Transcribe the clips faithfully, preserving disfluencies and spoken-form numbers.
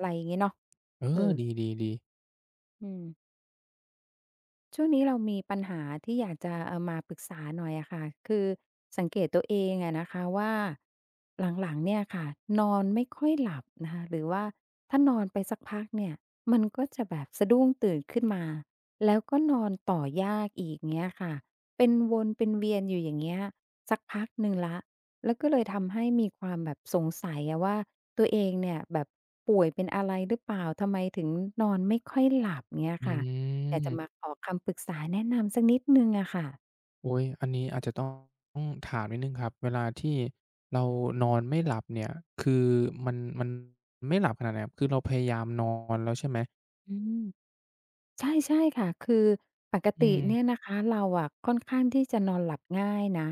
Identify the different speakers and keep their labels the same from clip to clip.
Speaker 1: อะไรอย่างเงี้ยเนาะ
Speaker 2: เอ
Speaker 1: เออ
Speaker 2: อดีๆดี
Speaker 1: อืม ช่วงนี้เรามีปัญหาที่อยากจะเอามาปรึกษาหน่อยอะค่ะคือสังเกตตัวเองอะนะคะว่าหลังๆเนี่ยค่ะนอนไม่ค่อยหลับนะคะหรือว่าถ้านอนไปสักพักเนี่ยมันก็จะแบบสะดุ้งตื่นขึ้นมาแล้วก็นอนต่อยากอีกเงี้ยค่ะเป็นวนเป็นเวียนอยู่อย่างเงี้ยสักพักหนึ่งแล้วแล้วก็เลยทำให้มีความแบบสงสัยอะว่าตัวเองเนี่ยแบบป่วยเป็นอะไรหรือเปล่าทำไมถึงนอนไม่ค่อยหลับเงี้ย
Speaker 2: อื
Speaker 1: ค่ะ อยากจะมา
Speaker 2: ม
Speaker 1: ขอคำปรึกษาแนะนำสักนิดหนึ่งอะค่ะ
Speaker 2: โอ๊ยอันนี้อาจจะต้องถามนิดหนึ่งครับเวลาที่เรานอนไม่หลับเนี่ย คือมันมันไม่หลับขนาดไหนครับคือเราพยายามนอนแล้วใช่ไหม
Speaker 1: อืมใช่ใช่ค่ะ คือปก
Speaker 2: อื
Speaker 1: ติ
Speaker 2: ม
Speaker 1: เนี่ยนะคะเราอะค่อนข้างที่จะนอนหลับง่ายนะ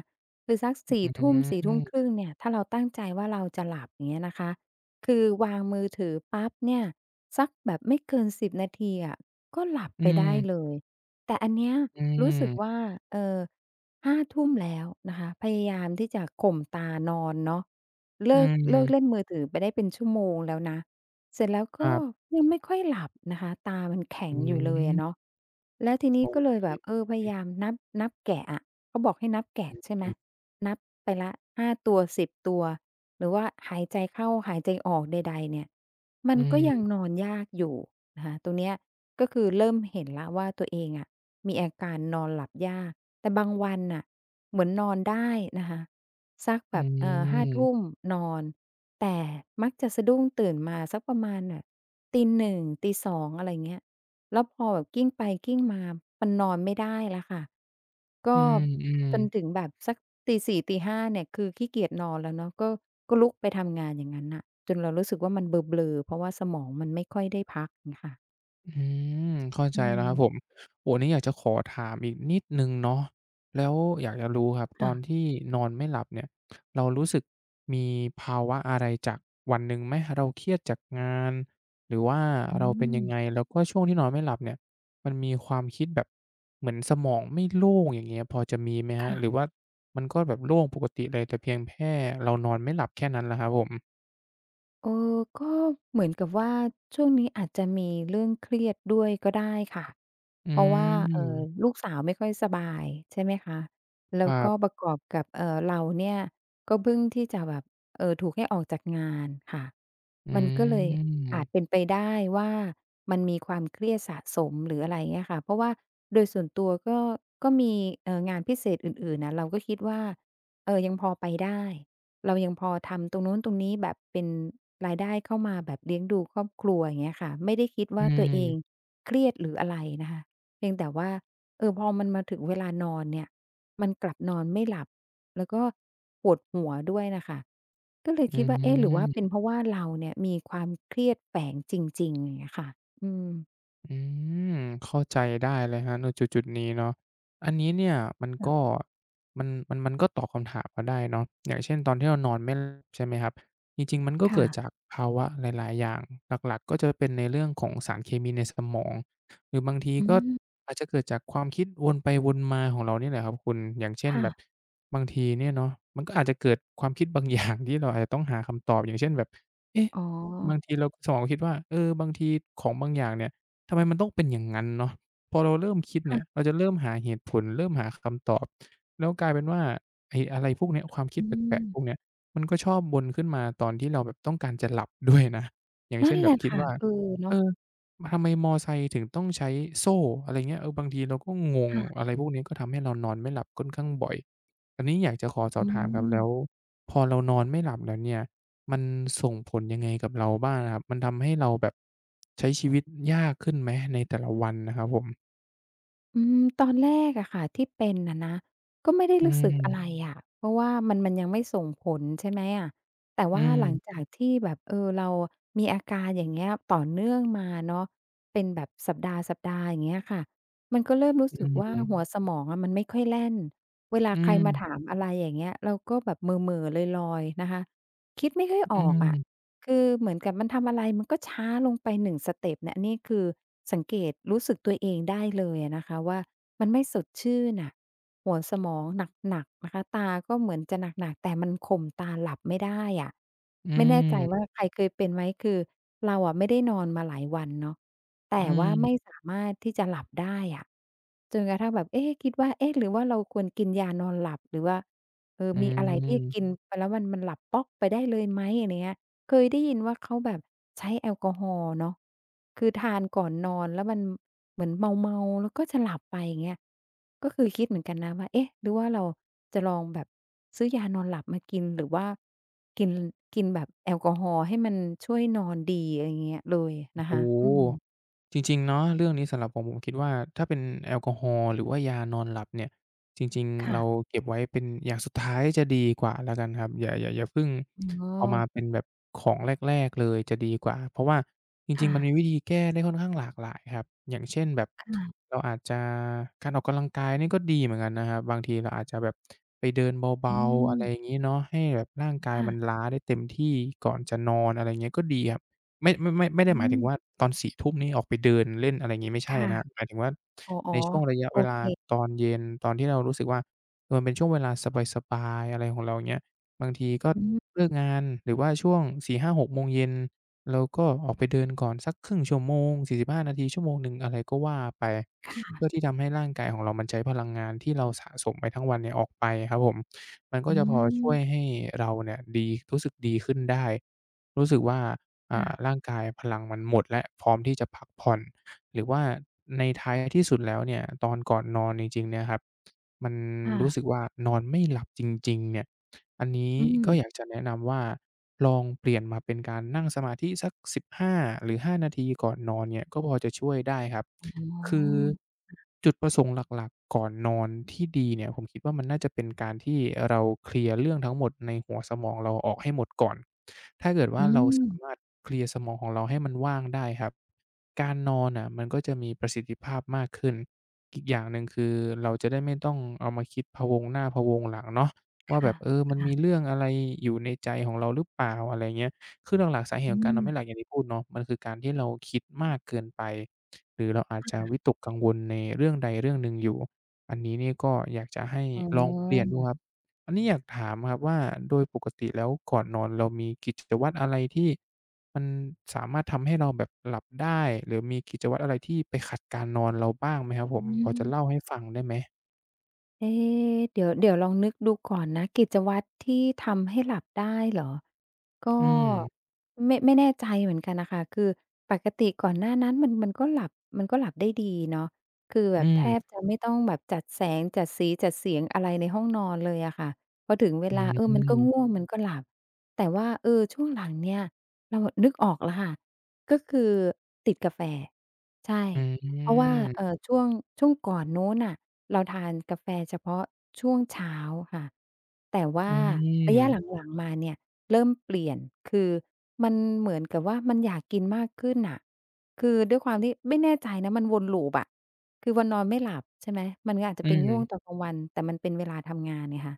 Speaker 1: คือสัก
Speaker 2: อ
Speaker 1: สี่
Speaker 2: ื
Speaker 1: ทุ่มสี่ทุ่มค
Speaker 2: ม
Speaker 1: รึ่งเนี่ยถ้าเราตั้งใจว่าเราจะหลับอย่างเงี้ยนะคะ คือวางมือถือปั๊บเนี่ยสักแบบไม่เกินสิบนาทีอะก็หลับ
Speaker 2: อื
Speaker 1: ไป
Speaker 2: ม
Speaker 1: ได้เลย แต่อันเนี้ย
Speaker 2: อื
Speaker 1: รู้
Speaker 2: ม
Speaker 1: สึกว่าเอ่อห้าทุ่มแล้วนะคะพยายามที่จะข่มตานอนเนาะ
Speaker 2: อื
Speaker 1: เลิกเลิกเล่น
Speaker 2: ม
Speaker 1: มือถือไปได้เป็นชั่วโมงแล้วนะ เสร็จแล้ว
Speaker 2: ครั
Speaker 1: ก็
Speaker 2: บ
Speaker 1: ยังไม่ค่อยหลับนะคะ ตามันแข็ง
Speaker 2: อื
Speaker 1: อยู่เลยอะเนาะ
Speaker 2: ม
Speaker 1: แล้วที
Speaker 2: โอ
Speaker 1: นี้ก็เลยแบบ
Speaker 2: เค
Speaker 1: เออพยายามนับนับแกะอะเขาบอกให้นับ
Speaker 2: อ
Speaker 1: แกะใช่ไหม
Speaker 2: ืมๆ
Speaker 1: นับไปละห้าตัวสิบตัวหรือว่าหายใจเข้าหายใจออกใดๆเนี่ย มั
Speaker 2: อื
Speaker 1: นก็ยังน
Speaker 2: ม
Speaker 1: อนยากอยู่นะคะตรงเนี้ยก็คือเริ่มเห็นแล้วว่าตัวเองอะมีอาการนอนหลับยากแต่บางวันน่ะเหมือนนอนได้นะคะ สักแบ
Speaker 2: อื
Speaker 1: บ
Speaker 2: ม
Speaker 1: เอ่อห้าทุ่มนอนแต่มักจะสะดุ้งตื่นมาสักประมาณน่ะตีหนึ่งตีสองอะไรเงี้ยแล้วพอแบบกลิ้งไปกลิ้งมามันนอนไม่ได้แล้วค่ะ
Speaker 2: อื
Speaker 1: ก็
Speaker 2: มอืม
Speaker 1: จนถึงแบบสักตีสี่ตีห้าเนี่ยคือขี้เกียจนอนแล้วเนาะก็ก็ลุกไปทำงานอย่างงั้นน่ะจนเรารู้สึกว่ามันเบลอๆเพราะว่าสมองมันไม่ค่อยได้พักเงี้ยค่ะ
Speaker 2: อืมเข้าใจ
Speaker 1: อื
Speaker 2: แล้ว
Speaker 1: ม
Speaker 2: ครับผมโอ้ันนี้อยากจะขอถามอีกนิดหนึ่งเนาะแล้วอยากจะรู้ครับตอ
Speaker 1: ค่ะ
Speaker 2: นที่นอนไม่หลับเนี่ยเรารู้สึกมีภาวะอะไรจากวันหนึ่งไหมเราเครียดจากงานหรือว่า
Speaker 1: อื
Speaker 2: เราเป็น
Speaker 1: ม
Speaker 2: ยังไงแล้วก็ช่วงที่นอนไม่หลับเนี่ยมันมีความคิดแบบเหมือนสมองไม่โล่งอย่างเงี้ยพอจะมีไหมครับหรือ
Speaker 1: ค่ะ
Speaker 2: ว่ามันก็แบบโล่งปกติเลยแต่เพียงแค่เรานอนไม่หลับแค่นั้นล่ะครับผม
Speaker 1: เออก็เหมือนกับว่าช่วงนี้อาจจะมีเรื่องเครียดด้วยก็ได้ค่ะ
Speaker 2: อื
Speaker 1: เพราะว่าเอ่อ
Speaker 2: ม
Speaker 1: ลูกสาวไม่ค่อยสบายใช่ไหมคะแล้
Speaker 2: ค
Speaker 1: ว
Speaker 2: รั
Speaker 1: ก็ป
Speaker 2: บ
Speaker 1: ระกอบกับเอ่อเราเนี่ยก็เพิ่งที่จะแบบเอ่อถูกให้ออกจากงานค่ะ
Speaker 2: อื
Speaker 1: มันก็เลยอาจเป็น
Speaker 2: ม
Speaker 1: ไปได้ว่ามันมีความเครียดสะสมหรืออะไรเงี้ยค่ะเพราะว่าโดยส่วนตัวก็ก็มีเอ่องานพิเศษอื่นๆน่ะเราก็คิดว่าเออยังพอไปได้ เรายังพอทำตรงนู้นตรงนี้แบบเป็นรายได้เข้ามาแบบเลี้ยงดูครอบครัวอย่างเงี้ยค่ะไม่ได้คิด
Speaker 2: อื
Speaker 1: ว่าตัวเอง
Speaker 2: ม
Speaker 1: เครียดหรืออะไรนะคะเพียงแต่ว่าเออพอมันมาถึงเวลานอนเนี่ยมันกลับนอนไม่หลับแล้วก็ปวดหัวด้วยน่ะค่ะก็เลย
Speaker 2: อื
Speaker 1: คิดว่าเอ๊ะหรือว่าเป็น
Speaker 2: ม
Speaker 1: เพราะว่าเราเนี่ยมีความเครียดแฝงจริงๆอย่างเงี้ยค่ะอืม
Speaker 2: อืมเข้าใจได้เลยฮะในจุดๆนี้เนาะอันนี้เนี่ยมันก็
Speaker 1: ค่ะ
Speaker 2: มันมันมันก็ตอบคำถามมาได้เนาะอย่างเช่นตอนที่เรานอนไม่หลับใช่ไหมครับจริงๆมันก็เกิดจา
Speaker 1: ค่ะ
Speaker 2: กภาวะหลายๆอย่างหลักๆก็จะเป็นในเรื่องของสารเคมีในสมองหรือบางที
Speaker 1: อื
Speaker 2: ก็
Speaker 1: ม
Speaker 2: อาจจะเกิดจากความคิดวนไปวนมาของเรานี่แหละครับคุณอย่างเช่นแบบ
Speaker 1: ค่ะ
Speaker 2: บางทีเนี่ยเนาะมันก็อาจจะเกิดความคิดบางอย่างที่เราอาจจะต้องหาคำตอบอย่างเช่นแบบเอ๊ะ
Speaker 1: อ๋อ
Speaker 2: บางทีเราสมองคิดว่าเออบางทีของบางอย่างเนี่ย ทำไมมันต้องเป็นอย่างนั้นเนาะพอเราเริ่มคิดเนี่ย
Speaker 1: ค่ะ
Speaker 2: เราจะเริ่มหาเหตุผลเริ่มหาคำตอบแล้วกลายเป็นว่าไอ้อะไรพวกเนี้ยความคิด
Speaker 1: อื
Speaker 2: แปล
Speaker 1: ม
Speaker 2: กๆพวกเนี้ยมันก็ชอบวนขึ้นมาตอนที่เราแบบต้องการจะหลับด้วยนะอย่าง
Speaker 1: นั่
Speaker 2: เช่
Speaker 1: น
Speaker 2: นแบ
Speaker 1: แห
Speaker 2: บ
Speaker 1: ละ
Speaker 2: คิด
Speaker 1: ค่ะ
Speaker 2: ว่า
Speaker 1: เออ
Speaker 2: เอ
Speaker 1: เนาะ
Speaker 2: อทำไมมอไซค์ถึงต้องใช้โซ่อะไรเงี้ยเออบางทีเราก็งงอะ
Speaker 1: ค่ะ
Speaker 2: ไรพวกนี้ก็ทำให้เรานอนไม่หลับค่อนข้างบ่อยอันนี้อยากจะขอสอบ
Speaker 1: อื
Speaker 2: ถามครับแล้ว
Speaker 1: ม
Speaker 2: พอเรานอนไม่หลับแล้วเนี่ย มันส่งผลยังไงกับเราบ้างนะครับ มันทำให้เราแบบใช้ชีวิตยากขึ้นไหมในแต่ละวันนะครับผม
Speaker 1: อืมตอนแรกอะค่ะที่เป็นน่ะนะก็ไม่ได้
Speaker 2: อื
Speaker 1: รู้สึกออืะไร
Speaker 2: ม
Speaker 1: มอะเพราะว่ามันมันยังไม่ส่งผลใช่ไหมอะแต่
Speaker 2: อื
Speaker 1: ว่า
Speaker 2: ม
Speaker 1: หลังจากที่แบบเออเรามีอาการอย่างเงี้ยต่อเนื่องมาเนาะเป็นแบบสัปดาห์ๆอย่างเงี้ยค่ะมันก็เริ่มรู้
Speaker 2: อื
Speaker 1: สึกว่าอืหัว
Speaker 2: ม
Speaker 1: มสมองอะมันไม่ค่อยแล่นเวลา
Speaker 2: อื
Speaker 1: ใครมาถา
Speaker 2: ม
Speaker 1: มอะไรอย่างเงี้ยเราก็แบบเหม่อๆลอยๆนะคะคิดไม่ค่อยอ
Speaker 2: อื
Speaker 1: อกอะ
Speaker 2: ม
Speaker 1: คือเหมือนกับมันทำอะไรมันก็ช้าลงไปหนึ่งสเต็ปเนี่ยอันนี้คือสังเกตรู้สึกตัวเองได้เลยอะนะคะว่ามันไม่สดชื่นน่ะหัวสมองหนักๆนะคะตาก็เหมือนจะหนักๆแต่มันข่มตาหลับไม่ได้อะ
Speaker 2: อื
Speaker 1: ไม่แน่ใจว่า
Speaker 2: ม
Speaker 1: ใครเคยเป็นไหมคือเราอะไม่ได้นอนมาหลายวันเนาะ
Speaker 2: อื
Speaker 1: แต่ว่าไม่
Speaker 2: ม
Speaker 1: สามารถที่จะหลับได้อะจนกระทั่งแบบเอ๊ะคิดว่าเอ๊ะหรือว่าเราควรกินยานอนหลับหรือว่าเออ
Speaker 2: อื
Speaker 1: มีอะไรที่กิน
Speaker 2: ม
Speaker 1: ไปแล้วมันมันหลับป๊อกไปได้เลยไหมอะไรเงี้ย เคยได้ยินว่าเขาแบบใช้แอลกอฮอล์เนาะคือทานก่อนนอนแล้วมันเหมือนเมาๆแล้วก็จะหลับไปอย่างเงี้ยก็คือคิดเหมือนกันนะว่าเอ๊ะหรือว่าเราจะลองแบบซื้อยานอนหลับมากินหรือว่ากินกินแบบแอลกอฮอล์ให้มันช่วยนอนดีอะไรเงี้ยเลย
Speaker 2: โอ้
Speaker 1: นะ
Speaker 2: โฮ
Speaker 1: คะอืม
Speaker 2: จริงๆเนาะเรื่องนี้สำหรับผมผมคิดว่าถ้าเป็นแอลกอฮอล์หรือว่ายานอนหลับเนี่ยจริงๆเรา
Speaker 1: ค่ะ
Speaker 2: เก็บไว้เป็นอย่างสุดท้ายจะดีกว่าแล้วกันครับอย่าอย่าอย่าเพิ่ง
Speaker 1: อ๋อ
Speaker 2: เอามาเป็นแบบของแรกๆเลยจะดีกว่าเพราะว่าจริง
Speaker 1: ค่ะ
Speaker 2: ๆมันมีวิธีแก้ได้ค่อนข้างหลากหลายครับอย่างเช่นแบบ
Speaker 1: ค่ะ
Speaker 2: เราอาจจะการออกกำลังกายนี่ก็ดีเหมือนกันนะครับบางทีเราอาจจะแบบไปเดิน
Speaker 1: อื
Speaker 2: เบาๆ
Speaker 1: ม
Speaker 2: อะไรอย่างงี้เนาะให้แบบร่างกายมัน
Speaker 1: ค่ะ
Speaker 2: ล้าได้เต็มที่ก่อนจะนอนอะไรอย่างเงี้ยก็ดีครับ ไม่ไม่ไม่ไม่ได้ห
Speaker 1: อื
Speaker 2: มายถึ
Speaker 1: ม
Speaker 2: งว่าตอนสี่ทุ0มนี่ออกไปเดินเล่นอะไรงี้ไม่ใช่
Speaker 1: ค่ะ
Speaker 2: นะครับหมายถึงว่า
Speaker 1: อ๋
Speaker 2: ใน
Speaker 1: อ
Speaker 2: ช่วงระยะ
Speaker 1: ๆโอ
Speaker 2: เว
Speaker 1: เค
Speaker 2: ลาตอนเย็นตอนที่เรารู้สึกว่าเออมันเป็นช่วงเวลาสบายๆอะไรของเราอย่างเงี้ยบางทีก็
Speaker 1: อืม
Speaker 2: เลิกงานหรือว่าช่วงสี่ห้าหกโมงเย็นเราก็ออกไปเดินก่อนสักครึ่งชั่วโมงสี่สิบห้5นาทีชั่วโมงหนึ่งอะไรก็ว่าไป
Speaker 1: ค่
Speaker 2: เพื่อ
Speaker 1: ะ
Speaker 2: ที่ทำให้ร่างกายของเรามันใช้พลังงานที่เราสะสมไปทั้งวันเนี่ยออกไปครับผมมันก็
Speaker 1: อื
Speaker 2: จะพอ
Speaker 1: ม
Speaker 2: ช่วยให้เราเนี่ยดีรู้สึกดีขึ้นได้รู้สึกว่า อ่าร่าง
Speaker 1: ค่ะ
Speaker 2: กายพลังมันหมดแล้วพร้อมที่จะพักผ่อนหรือว่าในท้ายที่สุดแล้วเนี่ยตอนก่อนนอนจริงๆเนี่ยครับมันรู้สึก
Speaker 1: ค่ะ
Speaker 2: ว่านอนไม่หลับจริงๆเนี่ยอันนี้
Speaker 1: อืม
Speaker 2: ก็อยากจะแนะนำว่าลองเปลี่ยนมาเป็นการนั่งสมาธิสักสิบห้าหาหรือห้านาทีก่อนนอนเนี่ยก็พอจะช่วยได้ครับ
Speaker 1: อ๋
Speaker 2: คือ
Speaker 1: อ
Speaker 2: จุดประสงค์หลักๆก่อนนอนที่ดีเนี่ยผมคิดว่ามันน่าจะเป็นการที่เราเคลียร์เรื่องทั้งหมดในหัวสมองเราออกให้หมดก่อนถ้าเกิดว่า
Speaker 1: อื
Speaker 2: เรา
Speaker 1: ม
Speaker 2: สามารถเคลียร์สมองของเราให้มันว่างได้ครับการนอนน่ะมันก็จะมีประสิทธิภาพมากขึ้นอีกอย่างหนึ่งคือเราจะได้ไม่ต้องเอามาคิดพะวงหน้าพะวงหลังเนาะว่าแบ
Speaker 1: ค่ะ
Speaker 2: บเออมันมี
Speaker 1: ค่ะ
Speaker 2: เรื่องอะไรอยู่ในใจของเราหรือเปล่าอะไรเงี้ยคือหลักๆสาเหตุ
Speaker 1: อื
Speaker 2: ของการน
Speaker 1: ม
Speaker 2: อนไม่หลับอย่างที่พูดเนาะมันคือการที่เราคิดมากเกินไป หรือเราอาจจะวิตกกังวลในเรื่องใดเรื่องหนึ่งอยู่ อันนี้เนี่ยก็อยากจะให้
Speaker 1: อ๋
Speaker 2: ลองเปลี่ยน
Speaker 1: อ
Speaker 2: ดูครับ อันนี้อยากถามครับว่าโดยปกติแล้วก่อนนอนเรามีกิจวัตรอะไรที่มันสามารถทำให้เราแบบหลับได้หรือมีกิจวัตรอะไรที่ไปขัดการนอนเราบ้างไหมครับผ
Speaker 1: อื
Speaker 2: มพอจะ
Speaker 1: ม
Speaker 2: เล่าให้ฟังได้ไหม
Speaker 1: เอ๊เดี๋ยวเดี๋ยวลองนึกดูก่อนนะกิจวัตรที่ทำให้หลับได้เหรอก็
Speaker 2: อืม
Speaker 1: ไม่ไม่แน่ใจเหมือนกันน่ะค่ะคือปกติก่อนหน้านั้นมันมันก็หลับมันก็หลับได้ดีเนาะคือแบ
Speaker 2: อื
Speaker 1: บแท
Speaker 2: ม
Speaker 1: บจะไม่ต้องแบบจัดแสงจัดสีจัดเสียงอะไรในห้องนอนเลยอะค่ะพอถึงเว
Speaker 2: อื
Speaker 1: ลาเออมันก็ง่วง
Speaker 2: ม
Speaker 1: มันก็หลับแต่ว่าเออช่วงหลังเนี่ยเราอะนึกออกแล้วค่ะก็คือติดกาแฟใช่
Speaker 2: อ
Speaker 1: เพราะว่า
Speaker 2: ืม
Speaker 1: เอ่อช่วงช่วงก่อนนู้นน่ะเราทานกาแฟเฉพาะช่วงเช้าค่ะแต่
Speaker 2: อื
Speaker 1: ว่าระยะห
Speaker 2: ม
Speaker 1: ลังๆมาเนี่ยเริ่มเปลี่ยนคือมันเหมือนกับว่ามันอยากกินมากขึ้นน่ะคือด้วยความที่ไม่แน่ใจนะมันวน loop อะคือวันนอนไม่หลับใช่ไหมมันก็อาจจะ
Speaker 2: อื
Speaker 1: ไป
Speaker 2: ม
Speaker 1: ง่วงตอนกลางวันแต่มันเป็นเวลาทำงานไงคะ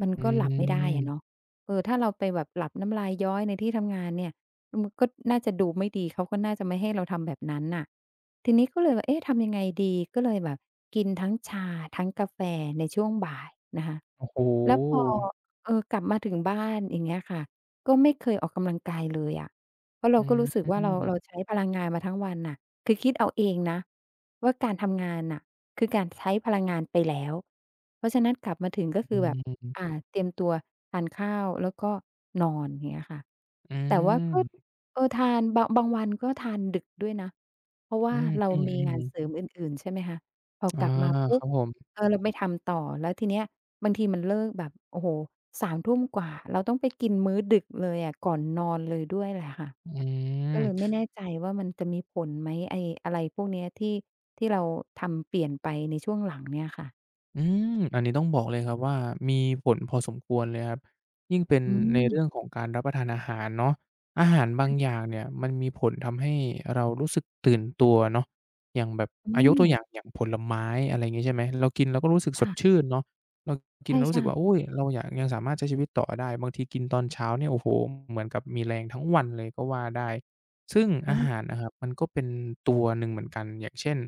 Speaker 1: มัน
Speaker 2: อื
Speaker 1: ก็หลับไม่ได้อะเนาะ
Speaker 2: ม
Speaker 1: เออถ้าเราไปแบบหลับน้ำลายย้อยในที่ทำงานเนี่ยมันก็น่าจะดูไม่ดีเขาก็น่าจะไม่ให้เราทำแบบนั้นน่ะ ทีนี้ก็เลยว่าเอ๊ะทำยังไงดีก็เลยแบบกินทั้งชาทั้งกาแฟในช่วงบ่ายนะคะ
Speaker 2: โอ้โฮ
Speaker 1: แล้วพอเออกลับมาถึงบ้านอย่างเงี้ยค่ะก็ไม่เคยออกกำลังกายเลยอะเพราะเรา
Speaker 2: อื
Speaker 1: ก็
Speaker 2: ม
Speaker 1: รู้สึก
Speaker 2: อื
Speaker 1: ว่า
Speaker 2: ม
Speaker 1: เราเราใช้พลังงานมาทั้งวันน่ะคือคิดเอาเองนะว่าการทำงานน่ะคือการใช้พลังงานไปแล้วเพราะฉะนั้นกลับมาถึงก็คือแบบ อาเตรียมตัวทานข้าวแล้วก็นอนอย่างเงี้ยค่ะ
Speaker 2: อื
Speaker 1: แต่ว่าก็
Speaker 2: ม
Speaker 1: เออทานบางบางวันก็ทานดึกด้วยนะเพราะ
Speaker 2: อื
Speaker 1: ว่า
Speaker 2: ม
Speaker 1: เรามีงานเสริมอื่นๆใช่ไหมคะพอ
Speaker 2: ๆๆอา
Speaker 1: กลับมา
Speaker 2: ค
Speaker 1: ปุ๊บ
Speaker 2: รับผม
Speaker 1: เออเราไม่ทำต่อแล้วทีเนี้ยบางทีมันเลิกแบบโอ้โฮสามทุ่มกว่าเราต้องไปกินมื้อดึกเลยอะก่อนนอนเลยด้วยแหละค่ะ
Speaker 2: อื
Speaker 1: ก็เลยไม่
Speaker 2: ม
Speaker 1: แน่ใจว่ามันจะมีผลไหมไอ้อะไรพวกเนี้ยที่ที่เราทำเปลี่ยนไปในช่วงหลังเนี่ยค่ะ
Speaker 2: อืมอันนี้ต้องบอกเลยครับว่ามีผลพอสมควรเลยครับยิ่งเป็น
Speaker 1: อื
Speaker 2: ใน
Speaker 1: ม
Speaker 2: เรื่องของการรับประทานอาหารเนาะอาหารบางอย่างเนี่ยมันมีผลทำให้เรารู้สึกตื่นตัวเนาะอย่างแบบ
Speaker 1: อื
Speaker 2: อายกตั
Speaker 1: ม
Speaker 2: วอย่างอย่างผลไม้อะไรอย่างงี้ใช่ไหมเรากินเราก็รู้สึกสด
Speaker 1: ค่ะ
Speaker 2: ชื่นเนาะเรา
Speaker 1: ใ
Speaker 2: กินเรารู้สึ
Speaker 1: ช่
Speaker 2: กว่าอุ๊ย
Speaker 1: ๆ
Speaker 2: เราอยากยังสามารถใช้ชีวิตต่อได้บางทีกินตอนเช้าเนี่ยโอ้โฮเหมือนกับมีแรงทั้งวันเลยก็ว่าได้ซึ่ง
Speaker 1: อ๋
Speaker 2: อาหา
Speaker 1: อ
Speaker 2: รนะครับมันก็เป็นตัวหนึ่งเหมือนกันอย่างเช่น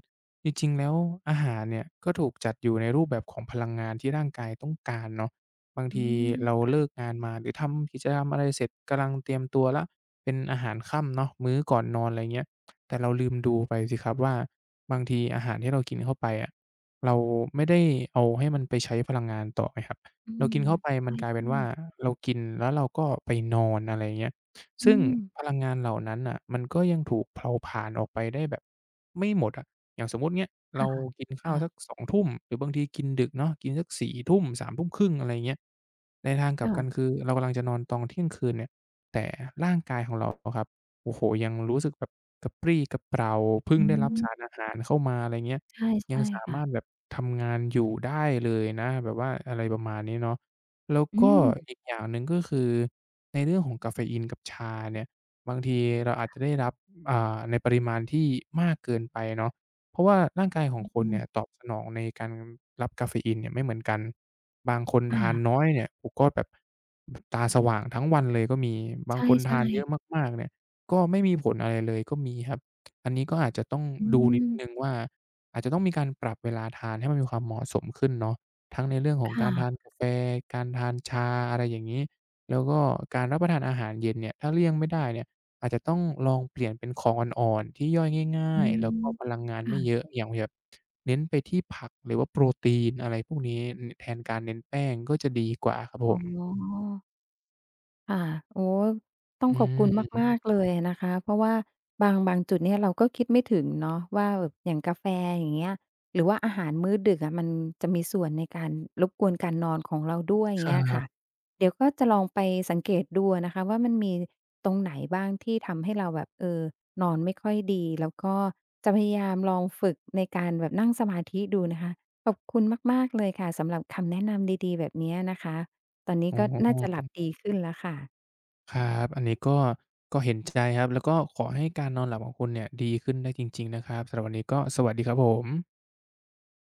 Speaker 2: จริงๆแล้วอาหารเนี่ยก็ถูกจัดอยู่ในรูปแบบของพลังงานที่ร่างกายต้องการเนาะบาง
Speaker 1: อื
Speaker 2: ทีเรา
Speaker 1: ม
Speaker 2: เลิกงานมาหรือทำกิจกรรมอะไรเสร็จกำลังเตรียมตัวแล้วเป็นอาหารค่ำเนาะมื้อก่อนนอนอะไรเงี้ยแต่เราลืมดูไปสิครับว่าบางทีอาหารที่เรากินเข้าไปอะเราไม่ได้เอาให้มันไปใช้พลังงานต่อไงครับ
Speaker 1: อื
Speaker 2: เรา
Speaker 1: ม
Speaker 2: กินเข้าไป
Speaker 1: ใ
Speaker 2: มันกลายเป็
Speaker 1: ช่
Speaker 2: นว่า
Speaker 1: ๆ
Speaker 2: เรากินแล้วเราก็ไปนอนอะไรเงี้ย
Speaker 1: อื
Speaker 2: ซึ่ง
Speaker 1: ม
Speaker 2: พลังงานเหล่านั้นน่ะมันก็ยังถูกเผาผลาญออกไปได้แบบไม่หมดอะ อย่างสมมุติเงี้ยเรา
Speaker 1: ค่ะ
Speaker 2: กินข้าวสัก
Speaker 1: ค่ะ
Speaker 2: สองทุ่มหรือบางทีกินดึกเนาะกินสักสี่ทุ่มสามทุ่มครึ่งอะไรอย่างเงี้ยในทางกลับ
Speaker 1: ค่ะ
Speaker 2: กันคือเรากำลังจะนอนตอนเที่ยงคืนเนี่ยแต่ร่างกายของเราอะครับโอ้โฮยังรู้สึกแบบกระปรี้กระเปร่าเพิ่ง
Speaker 1: อื
Speaker 2: ได้รับสาร
Speaker 1: ม
Speaker 2: อาหารเข้ามาอะไรเงี้ย
Speaker 1: ใช่
Speaker 2: ยั
Speaker 1: ใช่
Speaker 2: งสา
Speaker 1: ค่ะ
Speaker 2: มารถแบบทำงานอยู่ได้เลยนะแบบว่าอะไรประมาณนี้เนาะแล้ว
Speaker 1: อื
Speaker 2: ก็
Speaker 1: ม
Speaker 2: อีกอย่างหนึ่งก็คือในเรื่องของกาเฟอีนกับชาเนี่ยบางทีเราอาจจะได้รับอ่าในปริมาณที่มากเกินไปเนาะ เพราะว่าร่างกายของ
Speaker 1: อื
Speaker 2: คน
Speaker 1: ม
Speaker 2: เนี่ยตอบสนองในการรับกาเฟอีนเนี่ยไม่เหมือนกันบางคนทานน้อ
Speaker 1: ค่ะ
Speaker 2: ยเนี่ยโอ้ก็แบบแบบตาสว่างทั้งวันเลยก็มี
Speaker 1: ใ
Speaker 2: บางคน
Speaker 1: ช่
Speaker 2: ทานเยอะ
Speaker 1: ๆ
Speaker 2: มากๆเนี่ยก็ไม่มีผลอะไรเลยก็มีครับอันนี้ก็อาจจะต้อง
Speaker 1: อื
Speaker 2: ดูนิด
Speaker 1: ม
Speaker 2: หนึ่งว่าอาจจะต้องมีการปรับเวลาทานให้มันมีความเหมาะสมขึ้นเนาะทั้งในเรื่องขอ
Speaker 1: ค
Speaker 2: งการทาน
Speaker 1: ่ะ
Speaker 2: กาแฟการทานชาอะไรอย่างงี้แล้วก็การรับประทานอาหารเย็นเนี่ยถ้าเลี่ยงไม่ได้เนี่ย อาจจะต้องลองเปลี่ยนเป็นของอ่อนๆที่ย่อยง่า
Speaker 1: อื
Speaker 2: ยๆแล้ว
Speaker 1: ม
Speaker 2: ก็พลังงานไม่เย
Speaker 1: ค่ะ
Speaker 2: อะอย่างแบบเน้นไปที่ผักหรือว่าโปรตีนอะไรพวกนี้อือแทนการเน้นแป้งก็จะดีกว่าครับผ
Speaker 1: อ๋อ
Speaker 2: ม
Speaker 1: ค่ะโอ้ต้อ
Speaker 2: อ
Speaker 1: งขอบคุณ
Speaker 2: ืม
Speaker 1: มากๆเลยนะคะเพราะว่าบางบางจุดเนี่ยเราก็คิดไม่ถึงเนาะว่าแบบอย่างกาแฟอย่างเงี้ยหรือว่าอาหารมื้อดึกอะมันจะมีส่วนในการรบกวนการนอนของเราด้วยอ
Speaker 2: ค
Speaker 1: ย่าง
Speaker 2: รั
Speaker 1: เงี้ยค่ะ
Speaker 2: บ
Speaker 1: เดี๋ยวก็จะลองไปสังเกตดูอะนะคะว่ามันมีตรงไหนบ้างที่ทำให้เราแบบเออนอนไม่ค่อยดีแล้วก็จะพยายามลองฝึกในการแบบนั่งสมาธิดูนะคะขอบคุณมากๆเลยค่ะสำหรับคำแนะนำดีๆแบบเนี้ยนะคะ ตอนนี้
Speaker 2: อ๋
Speaker 1: ก็น่าจะห
Speaker 2: อ
Speaker 1: ลับดีขึ้นแล้วค่ะ
Speaker 2: ครับอันนี้ก็ก็เห็นใจครับแล้วก็ขอให้การนอนหลับของคุณเนี่ยดีขึ้นได้จริงๆนะครับสำหรับวันนี้ก็สวัสดีครับผม